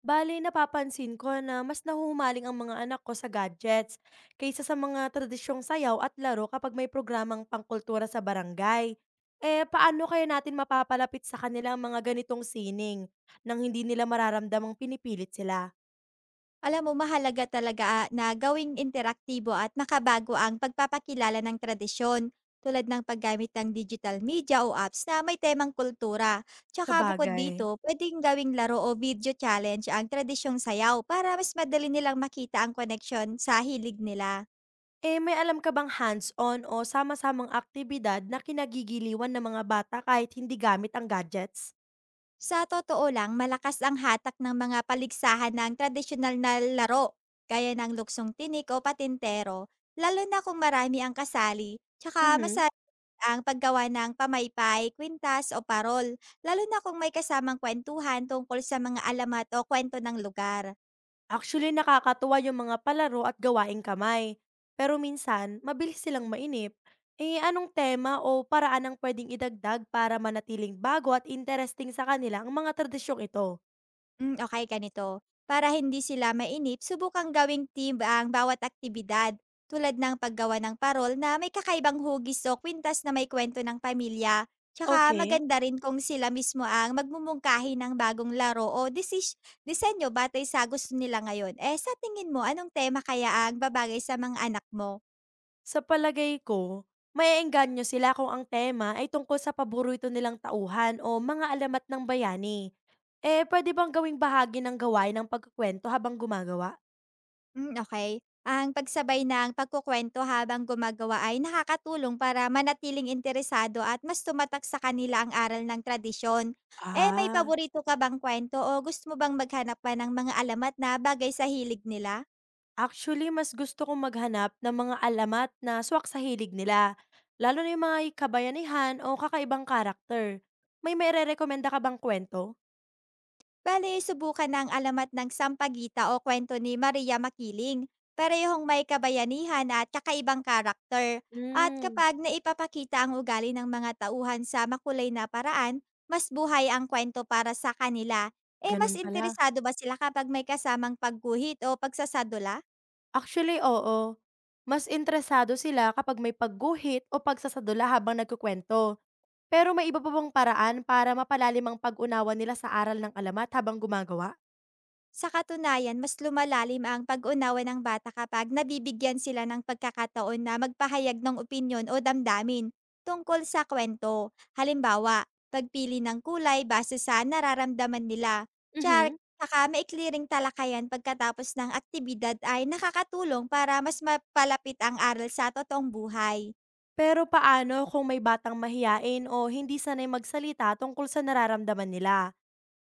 Bale, napapansin ko na mas nahuhumaling ang mga anak ko sa gadgets kaysa sa mga tradisyong sayaw at laro kapag may programang pangkultura sa barangay. Eh, paano kaya natin mapapalapit sa kanila ang mga ganitong sining nang hindi nila mararamdamang pinipilit sila? Alam mo mahalaga talaga, na gawing interaktibo at makabago ang pagpapakilala ng tradisyon, tulad ng paggamit ng digital media o apps na may temang kultura. Sa Tsaka bukod bagay. dito, pwedeng gawing laro o video challenge ang tradisyong sayaw para mas madali nilang makita ang koneksyon sa hilig nila. Eh, may alam ka bang hands-on o sama-samang aktibidad na kinagigiliwan ng mga bata kahit hindi gamit ang gadgets? Sa totoo lang, malakas ang hatak ng mga paligsahan ng tradisyonal na laro, gaya ng luksong tinik o patintero, lalo na kung marami ang kasali, tsaka mas Mhm. ang paggawa ng pamaypay, kwintas o parol, lalo na kung may kasamang kwentuhan tungkol sa mga alamat o kwento ng lugar. Actually, nakakatuwa yung mga palaro at gawaing kamay. Pero minsan, mabilis silang mainip. Eh, anong tema o paraan ang pwedeng idagdag para manatiling bago at interesting sa kanila ang mga tradisyong ito? Okay, ganito. Para hindi sila mainip, subukang gawing team ang bawat aktibidad tulad ng paggawa ng parol na may kakaibang hugis o kwintas na may kwento ng pamilya. Tsaka Okay, maganda rin kung sila mismo ang magmumungkahi ng bagong laro o disenyo batay sa gusto nila ngayon. Eh sa tingin mo, anong tema kaya ang babagay sa mga anak mo? sa palagay ko, maiengganyo sila kung ang tema ay tungkol sa paborito nilang tauhan o mga alamat ng bayani. Eh, pwede bang gawing bahagi ng gawain ng pagkukwento habang gumagawa? Okay. Ang pagsabay ng pagkukuwento habang gumagawa ay nakakatulong para manatiling interesado at mas tumatak sa kanila ang aral ng tradisyon. Eh, may Ah, paborito ka bang kwento o gusto mo bang maghanap pa ng mga alamat na bagay sa hilig nila? actually, mas gusto kong maghanap ng mga alamat na swak sa hilig nila, lalo na yung mga kabayanihan o kakaibang karakter. May mairerekomenda ka bang kwento? Bale, subukan ng alamat ng Sampagita o kwento ni Maria Makiling. Parehong may kabayanihan at kakaibang karakter. At Hmm, kapag naipapakita ang ugali ng mga tauhan sa makulay na paraan, mas buhay ang kwento para sa kanila. Eh, mas ganun pala. interesado ba sila kapag may kasamang pagguhit o pagsasadula? Actually, oo. Mas interesado sila kapag may pagguhit o pagsasadula habang nagkukwento. Pero may iba pa bang paraan para mapalalim ang pag-unawa nila sa aral ng alamat habang gumagawa? Sa katunayan, mas lumalalim ang pag-unawa ng bata kapag nabibigyan sila ng pagkakataon na magpahayag ng opinyon o damdamin tungkol sa kwento. Halimbawa, pagpili ng kulay base sa nararamdaman nila. Char, Mhm. saka maikli ring talakayan pagkatapos ng aktibidad ay nakakatulong para mas mapalapit ang aral sa totoong buhay. Pero paano kung may batang mahiyain o hindi sanay magsalita tungkol sa nararamdaman nila?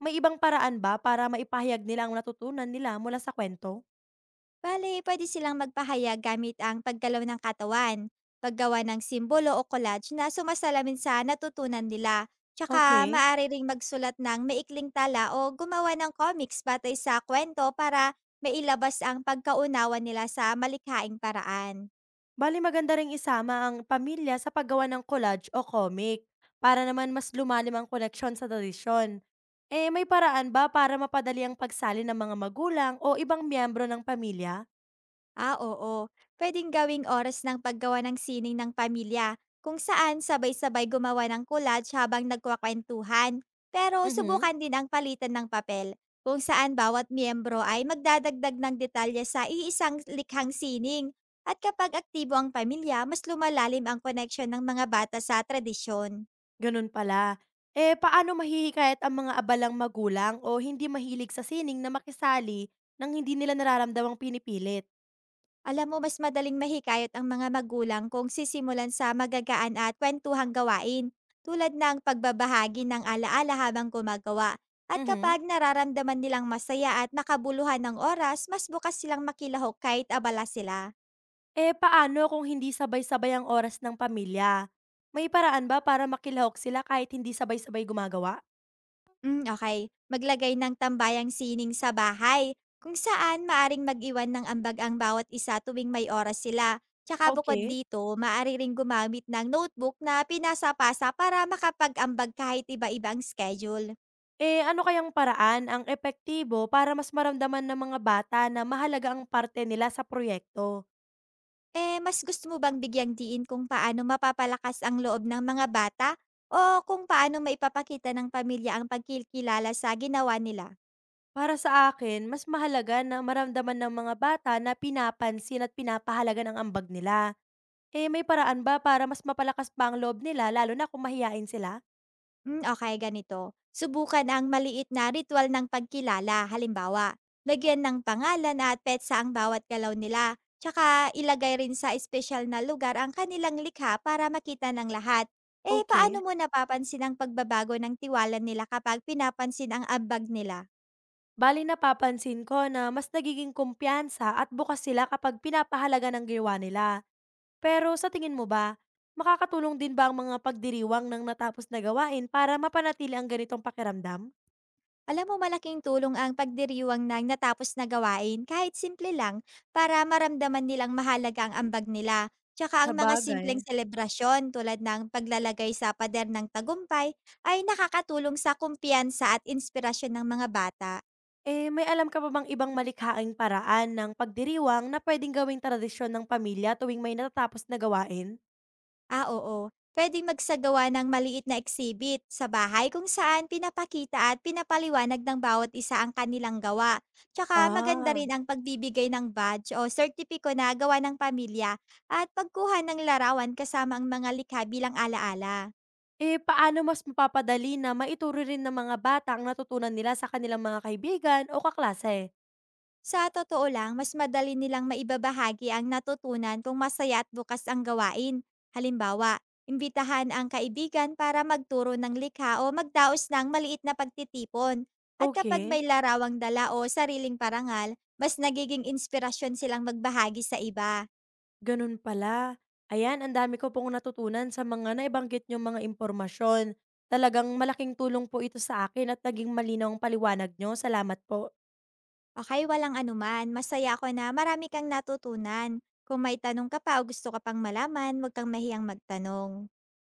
May ibang paraan ba para maipahayag nila ang natutunan nila mula sa kwento? Bale, pwede silang magpahayag gamit ang paggalaw ng katawan, paggawa ng simbolo o collage na sumasalamin sa natutunan nila, tsaka Okay. maaari ring magsulat ng maikling tala o gumawa ng comics batay sa kwento para mailabas ang pagkaunawa nila sa malikhaing paraan. Bali maganda ring isama ang pamilya sa paggawa ng collage o comic para naman mas lumalim ang koneksyon sa tradisyon. Eh, may paraan ba para mapadali ang pagsali ng mga magulang o ibang miyembro ng pamilya? Ah, oo. Pwedeng gawing oras ng paggawa ng sining ng pamilya, kung saan sabay-sabay gumawa ng collage habang nagkwakwentuhan. Pero Mhm. subukan din ang palitan ng papel, kung saan bawat miyembro ay magdadagdag ng detalye sa iisang likhang sining. At kapag aktibo ang pamilya, mas lumalalim ang connection ng mga bata sa tradisyon. Ganun pala. Eh, paano mahihikayat ang mga abalang magulang o hindi mahilig sa sining na makisali nang hindi nila nararamdamang pinipilit? Alam mo mas madaling mahikayat ang mga magulang kung sisimulan sa magagaan at kwentuhang gawain tulad ng pagbabahagi ng alaala habang gumagawa. At Mhm. kapag nararamdaman nilang masaya at makabuluhan ng oras, mas bukas silang makilahok kahit abala sila. Eh, paano kung hindi sabay-sabay ang oras ng pamilya? May paraan ba para makilahok sila kahit hindi sabay-sabay gumagawa? Okay. Maglagay ng tambayang sining sa bahay, kung saan maaring mag-iwan ng ambag ang bawat isa tuwing may oras sila. Tsaka bukod Okay. dito, maaari ring gumamit ng notebook na pinasa-pasa para makapag-ambag kahit iba ibang schedule. Eh, ano kayang paraan ang epektibo para mas maramdaman ng mga bata na mahalaga ang parte nila sa proyekto? Eh, mas gusto mo bang bigyang diin kung paano mapapalakas ang loob ng mga bata o kung paano maipapakita ng pamilya ang pagkilkilala sa ginawa nila? Para sa akin, mas mahalaga na maramdaman ng mga bata na pinapansin at pinapahalagan ang ambag nila. Eh, may paraan ba para mas mapalakas pa ang loob nila lalo na kung mahiyain sila? Okay ganito. Subukan ang maliit na ritual ng pagkilala. Halimbawa, lagyan ng pangalan at petsa ang bawat galaw nila. Tsaka ilagay rin sa espesyal na lugar ang kanilang likha para makita ng lahat. Eh, Okey. paano mo napapansin ang pagbabago ng tiwala nila kapag pinapansin ang ambag nila? Bale, napapansin ko na mas nagiging kumpiyansa at bukas sila kapag pinapahalaga ng gawa nila. Pero sa tingin mo ba, makakatulong din ba ang mga pagdiriwang ng natapos na gawain para mapanatili ang ganitong pakiramdam? Alam mo malaking tulong ang pagdiriwang ng natapos na gawain kahit simple lang para maramdaman nilang mahalaga ang ambag nila. Tsaka ang mga simpleng Sabagay. selebrasyon tulad ng paglalagay sa pader ng tagumpay ay nakakatulong sa kumpiyansa at inspirasyon ng mga bata. Eh, may alam ka pa bang ibang malikhaing paraan ng pagdiriwang na pwedeng gawing tradisyon ng pamilya tuwing may natatapos na gawain? Ah, oo. Pwedeng magsagawa ng maliit na exhibit sa bahay kung saan pinapakita at pinapaliwanag ng bawat isa ang kanilang gawa. Tsaka maganda Ah, rin ang pagbibigay ng badge o sertipiko na gawa ng pamilya at pagkuha ng larawan kasama ang mga likha bilang alaala. eh, paano mas mapapadali na maituro rin ng mga bata ang natutunan nila sa kanilang mga kaibigan o kaklase? Sa totoo lang, mas madali nilang maibabahagi ang natutunan kung masaya at bukas ang gawain. Halimbawa, imbitahan ang kaibigan para magturo ng likha o magdaos ng maliit na pagtitipon. At kapag may Okay. larawang dala o sariling parangal, mas nagiging inspirasyon silang magbahagi sa iba. Ganun pala. Ayan, ang dami ko pong natutunan sa mga naibanggit niyong mga impormasyon. Talagang malaking tulong po ito sa akin at naging malinaw ang paliwanag niyo. Salamat po. Okay, walang anuman. Masaya ako na marami kang natutunan. Kung may tanong ka pa o gusto ka pang malaman, huwag kang mahiyang magtanong.